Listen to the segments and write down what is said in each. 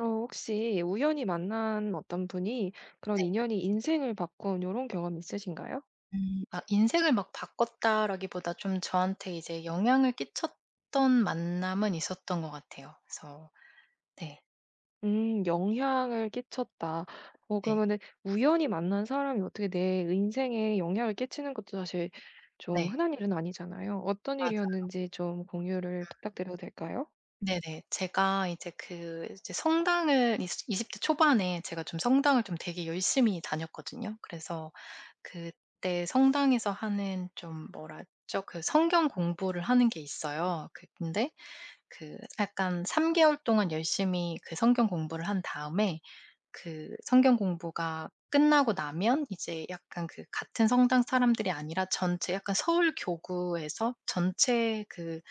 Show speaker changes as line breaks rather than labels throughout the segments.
어 혹시 우연히 만난 어떤 분이 그런
네.
인연이 인생을 바꾼 이런 경험이 있으신가요?
음. 아 인생을 막 바꿨다라기보다 좀 저한테 이제 영향을 끼쳤던 만남은 있었던 것 같아요. 그래서 네.
"영향을 끼쳤다." 어
네.
그러면은 우연히 만난 사람이 어떻게 내 인생에 영향을 끼치는 것도 사실 좀
네.
흔한 일은 아니잖아요. 어떤
맞아요.
일이었는지 좀 공유를 부탁드려도 될까요?
네네. 제가 이제 그 이제 성당을 이스 20대 초반에 제가 좀 성당을 좀 되게 열심히 다녔거든요. 그래서 그때 성당에서 하는 좀 뭐랄죠? 그 성경 공부를 하는 게 있어요. 그 근데 그 약간 3 개월 동안 열심히 그 성경 공부를 한 다음에 그 성경 공부가 끝나고 나면 이제 약간 그 같은 성당 사람들이 아니라 전체 약간 서울 교구에서 전체 그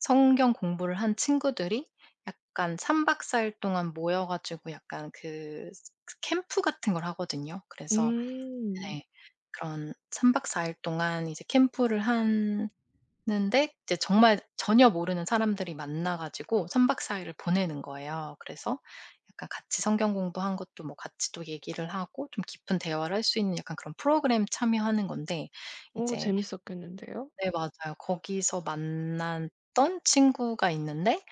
성경 공부를 한 친구들이 약간 3박 4일 동안 모여 가지고 약간 그 캠프 같은 걸 하거든요. 그래서
음.
네. 그런 3박 4일 동안 이제 캠프를 한 는데 이제 정말 전혀 모르는 사람들이 만나 가지고 3박 4 일을 보내는 거예요. 그래서 약간 같이 성경 공부한 것도 뭐 같이 또 얘기를 하고 좀 깊은 대화를 할 수 있는 약간 그런 프로그램 참여하는 건데
오,
이제
재밌었겠는데요.
네 맞아요. 거기서 만났던 친구가 있는데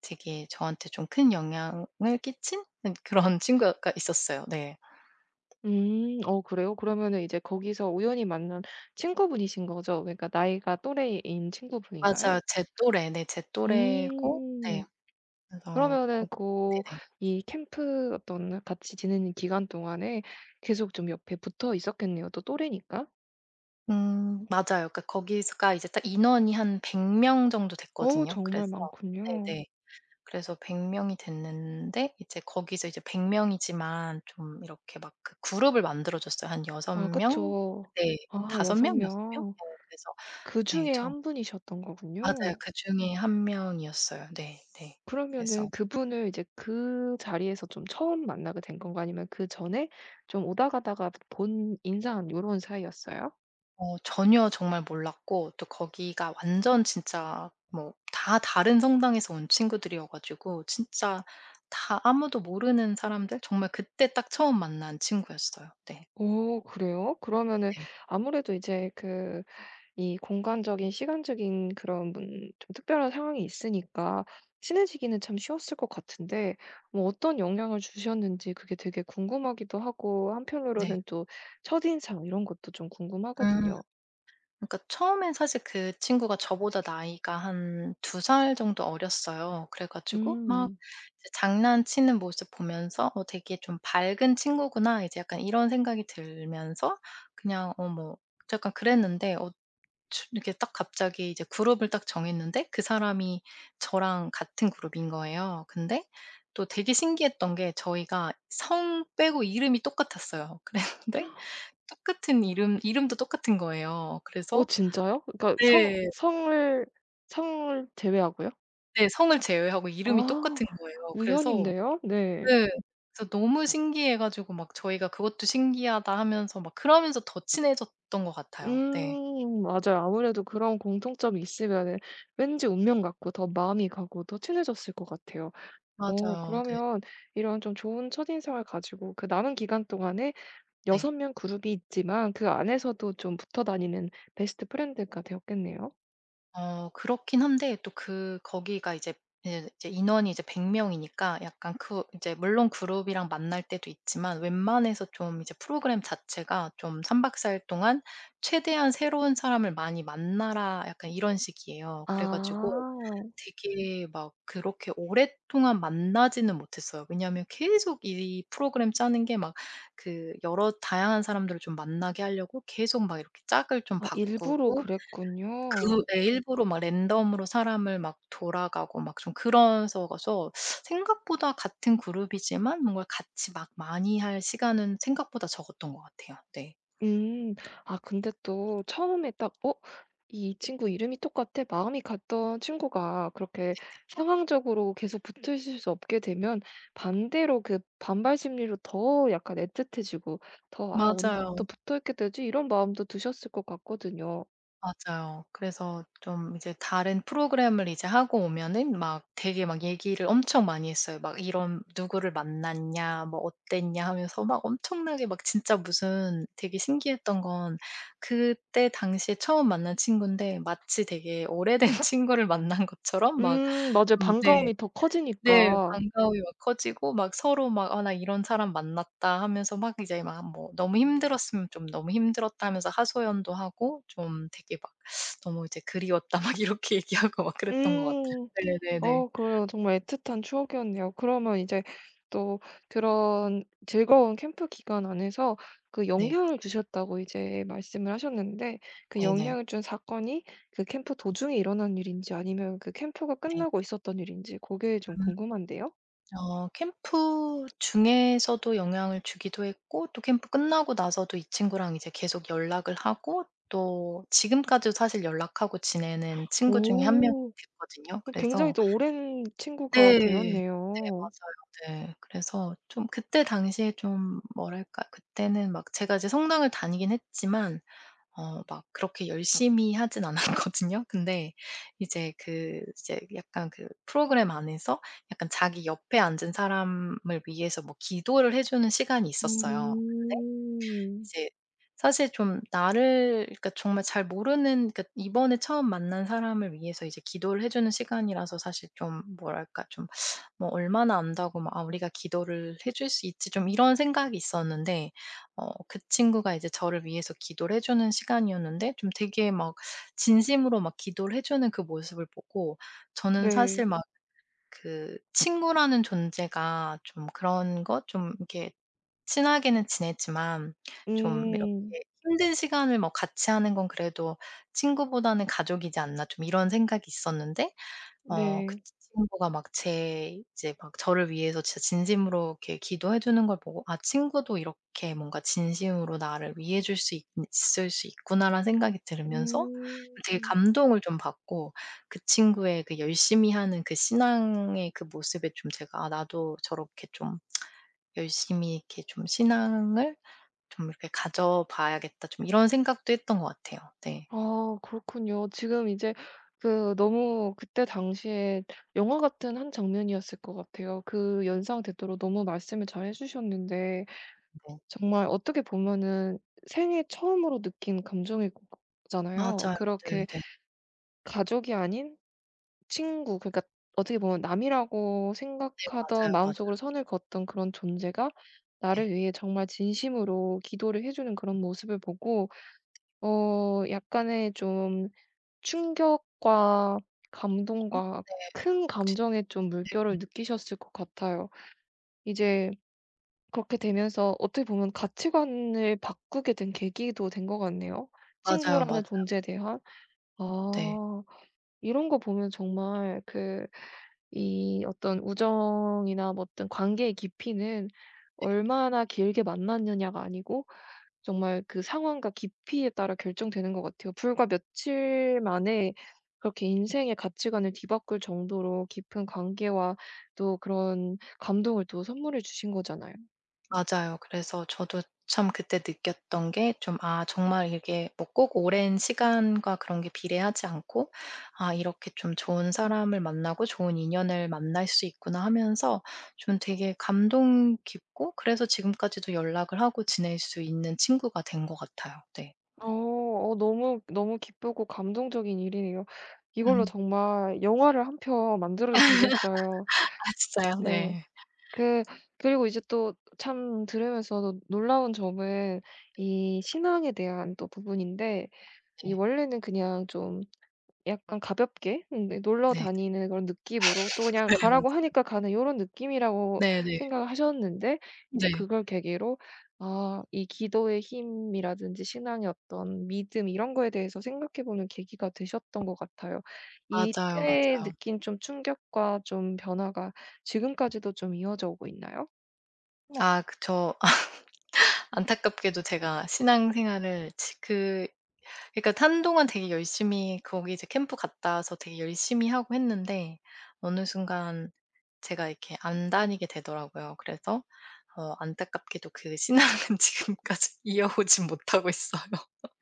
되게 저한테 좀 큰 영향을 끼친 그런 친구가 있었어요. 네.
음. 어 그래요? 그러면은 이제 거기서 우연히 만난 친구분이신 거죠? 그러니까 나이가 또래인 친구분인가요?
맞아요. 제 또래. 네 제 또래고 네
음.
그래서
그러면은
거
그
네네.
이 캠프 어떤 같이 지내는 기간 동안에 계속 좀 옆에 붙어 있었겠네요. 또 또래니까.
맞아요. 그러니까 거기서가 이제 딱 인원이 한 100명 정도
어
됐거든요.
정말
그래서
많군요.
네네. 그래서 100 명이 됐는데 이제 거기서 이제 100 명이지만 좀 이렇게 막 그 그룹을 만들어 줬어요. 한 6
아
명?
그쵸.
네.
아
5
6
명, 6 명?
명.
네. 그래서 네
그중에
저
한 분이셨던
맞아요.
거군요.
그중에 한 명이었어요. 네 네. 그래서
그러면은 그분을 이제 그 자리에서 좀 처음 만나게 된 건가 아니면 그전에 좀 오다 가다가 본 인상 요런 사이였어요?
어 전혀 정말 몰랐고 또 거기가 완전 진짜 뭐 다 다른 성당에서 온 친구들이어 가지고 진짜 다 아무도 모르는 사람들 정말 그때 딱 처음 만난 친구였어요. 네.
오 그래요? 그러면은
네.
아무래도 이제 그 이 공간적인 시간적인 그런 문 좀 특별한 상황이 있으니까 친해지기는 참 쉬웠을 것 같은데 뭐 어떤 영향을 주셨는지 그게 되게 궁금하기도 하고
네.
한편으로는 또 첫인상 이런 것도 좀
음.
궁금하거든요.
그러니까 처음엔 사실 그 친구가 저보다 나이가 한 두 살 정도 어렸어요. 그래 가지고 막
음.
이제 장난치는 모습 보면서 '어 되게 좀 밝은 친구구나.' 이제 약간 이런 생각이 들면서 그냥 어 뭐 약간 그랬는데 어 추 이렇게 딱 갑자기 이제 그룹을 딱 정했는데 그 사람이 저랑 같은 그룹인 거예요. 근데 또 되게 신기했던 게 저희가 성 빼고 이름이 똑같았어요. 그랬는데 똑같은 이름도 똑같은 거예요.
어
그래서
진짜요? 그러니까 성
네.
성을 성을 제외하고요?
네. 성을 제외하고 이름이
아
똑같은 거예요. 그래서
우연인데요? 네.
네. 그래서 너무 신기해 가지고 막 저희가 "그것도 신기하다." 하면서 막 그러면서 더 친해졌던 것 같아요. 네.
맞아요. 아무래도 그런 공통점이 있으면은 왠지 운명 같고 더 마음이 가고 더 친해졌을 것 같아요. 어
맞아요. 네.
그러면 이런 좀 좋은 첫인상을 가지고 그 남은 기간 동안에
네.
6명 그룹이 있지만 그 안에서도 좀 붙어 다니는 베스트 프렌드가 되었겠네요.
어 그렇긴 한데 또 그 거기가 이제 예 이제 인원이 이제 100 명이니까 약간 그 이제 물론 그룹이랑 만날 때도 있지만 웬만해서 좀 이제 프로그램 자체가 좀 3 박 4일 동안 최대한 새로운 사람을 많이 만나라 약간 이런 식이에요. 그래 가지고
아.
되게 막 그렇게 오랫동안 만나지는 못했어요. 왜냐하면 계속 이 프로그램 짜는 게 막 그 여러 다양한 사람들을 좀 만나게 하려고 계속 막 이렇게 짝을 좀
아 일부러
바꾸고 그
그랬군요.
예 일부러 막 랜덤으로 사람을 막 돌아가고 막 좀 그래서 가서 생각보다 같은 그룹이지만 뭔가 같이 막 많이 할 시간은 생각보다 적었던 것 같아요. 네.
음. 아 근데 또 처음에 딱 '어 이 친구 이름이 똑같아.' 마음이 같던 친구가 그렇게
네네.
상황적으로 계속 붙으실 수 없게 되면 반대로 그 반발 심리로 더 약간 애틋해지고 더 '아
맞아요.
언제부터 붙어 있게 되지?' 이런 마음도 드셨을 것 같거든요.
맞아요. 그래서 좀 이제 다른 프로그램을 이제 하고 오면은 막 되게 막 얘기를 엄청 많이 했어요. 막 "이런 누구를 만났냐. 뭐 어땠냐." 하면서 막 엄청나게 막 진짜 무슨 되게 신기했던 건 그때 당시에 처음 만난 친구인데 마치 되게 오래된 친구를 만난 것처럼 막
맞아요.
네.
반가움이 더
네.
커지니까.
반가움이 막 커지고 막 서로 막 '아 나 이런 사람 만났다.' 하면서 막 이제 막 뭐 너무 힘들었으면 좀 "너무 힘들었다." 하면서 하소연도 하고 좀 되게 막 "너무 이제 그리웠다." 막 이렇게 얘기하고 막 그랬던 것
음.
같아요. 네네네.
어 그래요. 정말 애틋한 추억이었네요. 그러면 이제 또 그런 즐거운 캠프 기간 안에서 그
네.
영향을 주셨다고 이제 말씀을 하셨는데 그
네네.
영향을 준 사건이 그 캠프 도중에 일어난 일인지 아니면 그 캠프가
네.
끝나고 있었던 일인지 그게 좀
음.
궁금한데요.
어 캠프 중에서도 영향을 주기도 했고 또 캠프 끝나고 나서도 이 친구랑 이제 계속 연락을 하고 또 지금까지도 사실 연락하고 지내는 친구 중에 한 명이
오.
됐거든요.
그 굉장히
그래서
또 오랜
네.
친구가
네
되었네요.
맞아요. 네. 그래서 좀 그때 당시에 좀 뭐랄까 그때는 막 제가 이제 성당을 다니긴 했지만 어 막 그렇게 열심히 하진 않았거든요. 근데 이제 그 약간 그 프로그램 안에서 약간 자기 옆에 앉은 사람을 위해서 뭐 기도를 해 주는 시간이 있었어요.
음.
이제 사실 좀 나를 그러니까 정말 잘 모르는 그러니까 이번에 처음 만난 사람을 위해서 이제 기도를 해 주는 시간이라서 사실 좀 뭐랄까 좀 뭐 얼마나 안다고 막 '아 우리가 기도를 해줄 수 있지.' 좀 이런 생각이 있었는데 어 그 친구가 이제 저를 위해서 기도를 해 주는 시간이었는데 좀 되게 막 진심으로 막 기도를 해 주는 그 모습을 보고 저는 사실 네.
네.
막 그 친구라는 존재가 좀 그런 것 좀 이렇게 친하게는 지냈지만 좀 이렇게
음.
힘든 시간을 뭐 같이 하는 건 그래도 '친구보다는 가족이지 않나.' 좀 이런 생각이 있었는데 어 그
네.
친구가 막 제 이제 막 저를 위해서 진짜 진심으로 이렇게 기도해 주는 걸 보고 '아 친구도 이렇게 뭔가 진심으로 나를 위해 줄 수 있 있을 수 있구나.'라는 생각이 들으면서 되게
음.
감동을 좀 받고 그 친구의 그 열심히 하는 그 신앙의 그 모습에 좀 제가 '아 나도 저렇게 좀 열심히 이렇게 좀 '신앙을 좀 이렇게 가져 봐야겠다.' 좀 이런 생각도 했던 것 같아요. 네.
아 그렇군요. 지금 이제 그 너무 그때 당시에 영화 같은 한 장면이었을 것 같아요. 그 연상되도록 너무 말씀을 잘 해 주셨는데
네.
정말 어떻게 보면은 생애 처음으로 느낀 감정일 거 잖아요.
맞아요. 네네.
그렇게
네
가족이 아닌 친구 그러니까 어떻게 보면 남이라고
네,
생각하던
맞아요,
마음속으로
맞아요.
선을 그었던 그런 존재가
네.
나를 위해 정말 진심으로 기도를 해 주는 그런 모습을 보고 어 약간의 좀 충격과 감동과
네.
큰
그치
감정의 좀 물결을 느끼셨을 것 같아요. 이제 그렇게 되면서 어떻게 보면 가치관을 바꾸게 된 계기도 된 것 같네요.
맞아요,
친구라는
맞아요.
존재에 대한.
네.
아. 이런 거 보면 정말 그 이 어떤 우정이나 뭐 어떤 관계의 깊이는 얼마나 길게 만났느냐가 아니고 정말 그 상황과 깊이에 따라 결정되는 것 같아요. 불과 며칠 만에 그렇게 인생의 가치관을 뒤바꿀 정도로 깊은 관계와 또 그런 감동을 또 선물해 주신 거잖아요.
맞아요. 그래서 저도 참 그때 느꼈던 게 좀 '아 정말 이게 뭐 꼭 오랜 시간과 그런 게 비례하지 않고 아 이렇게 좀 좋은 사람을 만나고 좋은 인연을 만날 수 있구나.' 하면서 좀 되게 감동 깊고 그래서 지금까지도 연락을 하고 지낼 수 있는 친구가 된 것 같아요. 네.
어, 어 너무 너무 기쁘고 감동적인 일이네요. 이걸로
음.
정말 영화를 한 편 만들어도 되겠어요.
아 진짜요?
네.
네.
그 그리고 이제 또 참 들으면서 또 놀라운 점은 이 신앙에 대한 또 부분인데 이
네.
원래는 그냥 좀 약간 가볍게 네 놀러 다니는 그런 느낌으로 또 그냥
네네. 네 맞아요.
가라고 하니까 가는 이런 느낌이라고
네네.
생각을 하셨는데 이제
네.
그걸 계기로 아 이 기도의 힘이라든지 신앙의 어떤 믿음 이런 거에 대해서 생각해 보는 계기가 되셨던 것 같아요.
맞아요,
이때
맞아요.
느낀 좀 충격과 좀 변화가 지금까지도 좀 이어져 오고 있나요?
아 그 저 안타깝게도 제가 신앙생활을 지그 그러니까 한동안 되게 열심히 거기 이제 캠프 갔다 와서 되게 열심히 하고 했는데 어느 순간 제가 이렇게 안 다니게 되더라고요. 그래서 어 안타깝게도 그 신앙은 지금까지 이어오지 못하고 있어요.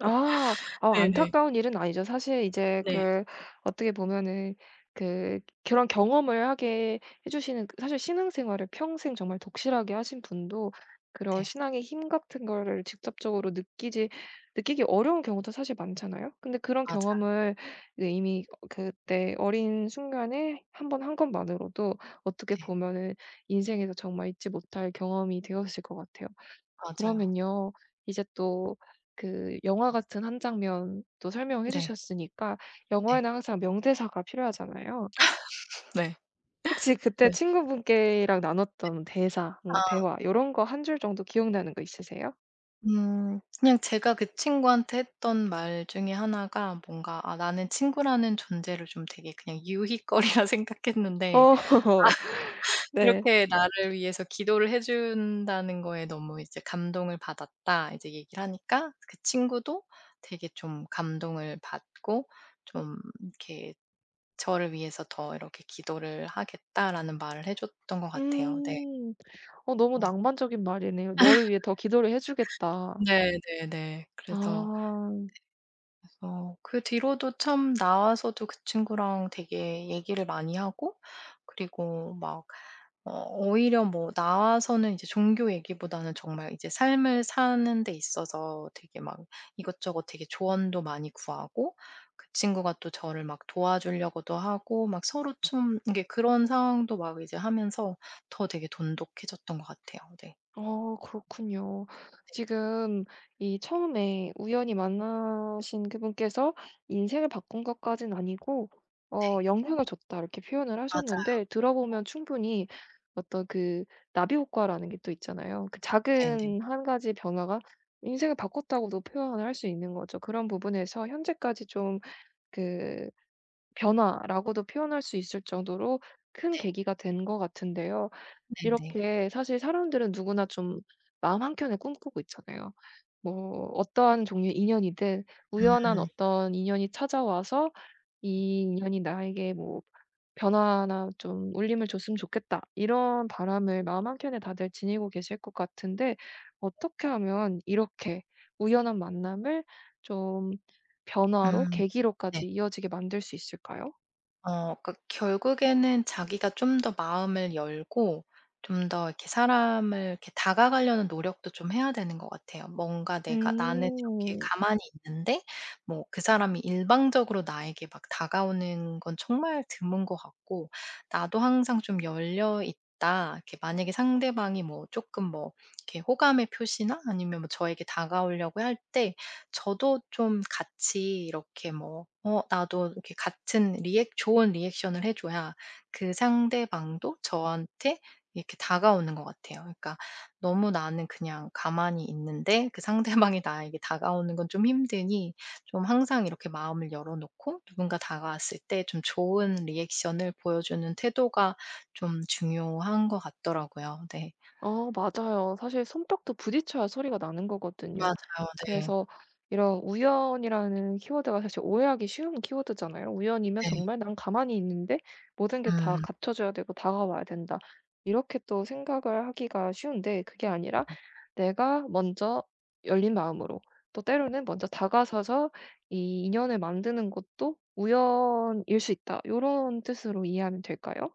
아. 아
네네.
안타까운 일은 아니죠. 사실 이제
네.
그 어떻게 보면은 그 그런 경험을 하게 해 주시는 그 사실 신앙생활을 평생 정말 독실하게 하신 분도 그런
네.
신앙의 힘 같은 거를 직접적으로 느끼지 느끼기 어려운 경우도 사실 많잖아요. 근데 그런
맞아요.
경험을 이제 이미 어 그때 어린 순간에 한번 한 것만으로도 어떻게
네.
보면은 인생에서 정말 잊지 못할 경험이 되었을 것 같아요.
맞아요.
그러면요. 이제 또 그 영화 같은 한 장면 또 설명해
네.
주셨으니까
네.
영화에는 항상 명대사가 필요하잖아요.
네.
혹시 그때
네.
친구분께랑 나눴던 대사, 뭐
아
대화 이런 거 한 줄 정도 기억나는 거 있으세요?
그냥 제가 그 친구한테 했던 말 중에 하나가 뭔가 '아 나는 친구라는 존재를 좀 되게 그냥 유희거리라 생각했는데
어 네.
이렇게 나를 위해서 기도를 해 준다는 거에 너무 이제 "감동을 받았다." 이제 얘기를 하니까 그 친구도 되게 좀 감동을 받고 좀 이렇게 저를 위해서 더 이렇게 "기도를 하겠다."라는 말을 해 줬던 것 같아요. 네.
음. 어 너무
네.
낭만적인 말이네요. "너를 위해 더 기도를 해 주겠다."
네네네. 그래서
아.
어 그 뒤로도 참 나와서도 그 친구랑 되게 얘기를 많이 하고 그리고 막 어 오히려 뭐 나와서는 이제 종교 얘기보다는 정말 이제 삶을 사는 데 있어서 되게 막 이것저것 되게 조언도 많이 구하고 그 친구가 또 저를 막 도와주려고도 하고 막 서로 좀 이게 그런 상황도 막 이제 하면서 더 되게 돈독해졌던 것 같아요. 네.
어 그렇군요.
네
지금 이 처음에 우연히 만나신 그분께서 "인생을 바꾼 것까지는 아니고
네.
어 영향을 줬다." 이렇게 표현을 하셨는데
맞아요.
들어보면 충분히 어떤 그 나비 효과라는 게 또 있잖아요. 그
네네.
작은 한 가지 변화가 인생을 바꿨다고도 표현을 할 수 있는 거죠. 그런 부분에서 현재까지 좀 그 변화라고도 표현할 수 있을 정도로 큰
네.
계기가 된 것 같은데요.
네네.
이렇게 사실 사람들은 누구나 좀 마음 한켠에 꿈꾸고 있잖아요. 뭐 어떠한 종류의 인연이든 우연한
음.
어떤 인연이 찾아와서 '이 인연이 나에게 뭐 변화나 좀 울림을 줬으면 좋겠다.' 이런 바람을 마음 한켠에 다들 지니고 계실 것 같은데 어떻게 하면 이렇게 우연한 만남을 좀 변화로,
음. 네.
계기로까지 이어지게 만들 수 있을까요?
어 그 결국에는 자기가 좀 더 마음을 열고 좀 더 이렇게 사람을 이렇게 다가가려는 노력도 좀 해야 되는 것 같아요. 뭔가 내가 나는 이렇게
음.
가만히 있는데 뭐 그 사람이 일방적으로 나에게 막 다가오는 건 정말 드문 것 같고 나도 항상 좀 열려 있다. 이렇게 만약에 상대방이 뭐 조금 뭐 이렇게 호감의 표시나 아니면 뭐 저에게 다가오려고 할때 저도 좀 같이 이렇게 뭐 어 나도 이렇게 같은 리액 좋은 리액션을 해 줘야 그 상대방도 저한테 이렇게 다가오는 것 같아요. 그러니까 너무 나는 그냥 가만히 있는데 그 상대방이 나에게 다가오는 건 좀 힘드니 좀 항상 이렇게 마음을 열어 놓고 누군가 다가왔을 때 좀 좋은 리액션을 보여주는 태도가 좀 중요한 것 같더라고요. 네.
어 맞아요. 사실 손뼉도 부딪혀야 소리가 나는 거거든요.
맞아요. 네.
그래서 이런 우연이라는 키워드가 사실 오해하기 쉬운 키워드잖아요. 우연이면
네.
정말 난 가만히 있는데 모든 게 다
음.
갖춰져야 되고 다가와야 된다. 이렇게 또 생각을 하기가 쉬운데 그게 아니라 내가 먼저 열린 마음으로 또 때로는 먼저 다가서서 이 인연을 만드는 것도 우연일 수 있다. 이런 뜻으로 이해하면 될까요?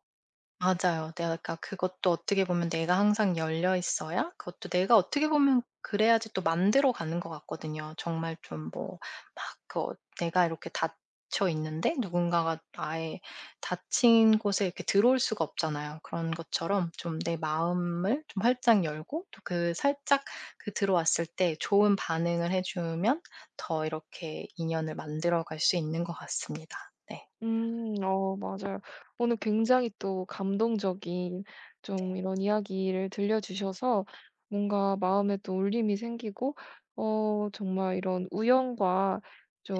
맞아요. 내가 그 그것도 어떻게 보면 내가 항상 열려 있어야 그것도 내가 어떻게 보면 그래야지 또 만들어 가는 것 같거든요. 정말 좀 뭐 막 그 어 내가 이렇게 닫혀 있는데 누군가가 아예 닫힌 곳에 이렇게 들어올 수가 없잖아요. 그런 것처럼 좀 내 마음을 좀 활짝 열고 또 그 살짝 그 들어왔을 때 좋은 반응을 해 주면 더 이렇게 인연을 만들어 갈 수 있는 것 같습니다. 네.
음. 어 맞아요. 오늘 굉장히 또 감동적인 좀 이런 이야기를 들려주셔서 뭔가 마음에 또 울림이 생기고 어 정말 이런 우연과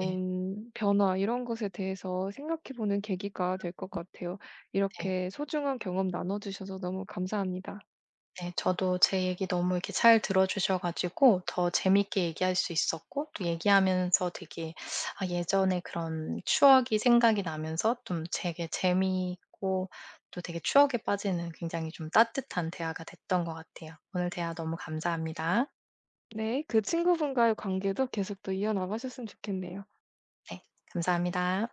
네.
변화 이런 것에 대해서 생각해 보는 계기가 될 것 같아요.
네.
이렇게 소중한 경험 나눠 주셔서 너무 감사합니다.
네. 저도 제 얘기 너무 이렇게 잘 들어주셔 가지고 더 재밌게 얘기할 수 있었고 또 얘기하면서 되게 아 예전에 그런 추억이 생각이 나면서 좀 되게 재미있고 또 되게 추억에 빠지는 굉장히 좀 따뜻한 대화가 됐던 것 같아요. 오늘 대화 너무 감사합니다.
네. 그 친구분과의 관계도 계속 또 이어나가셨으면 좋겠네요.
네. 감사합니다.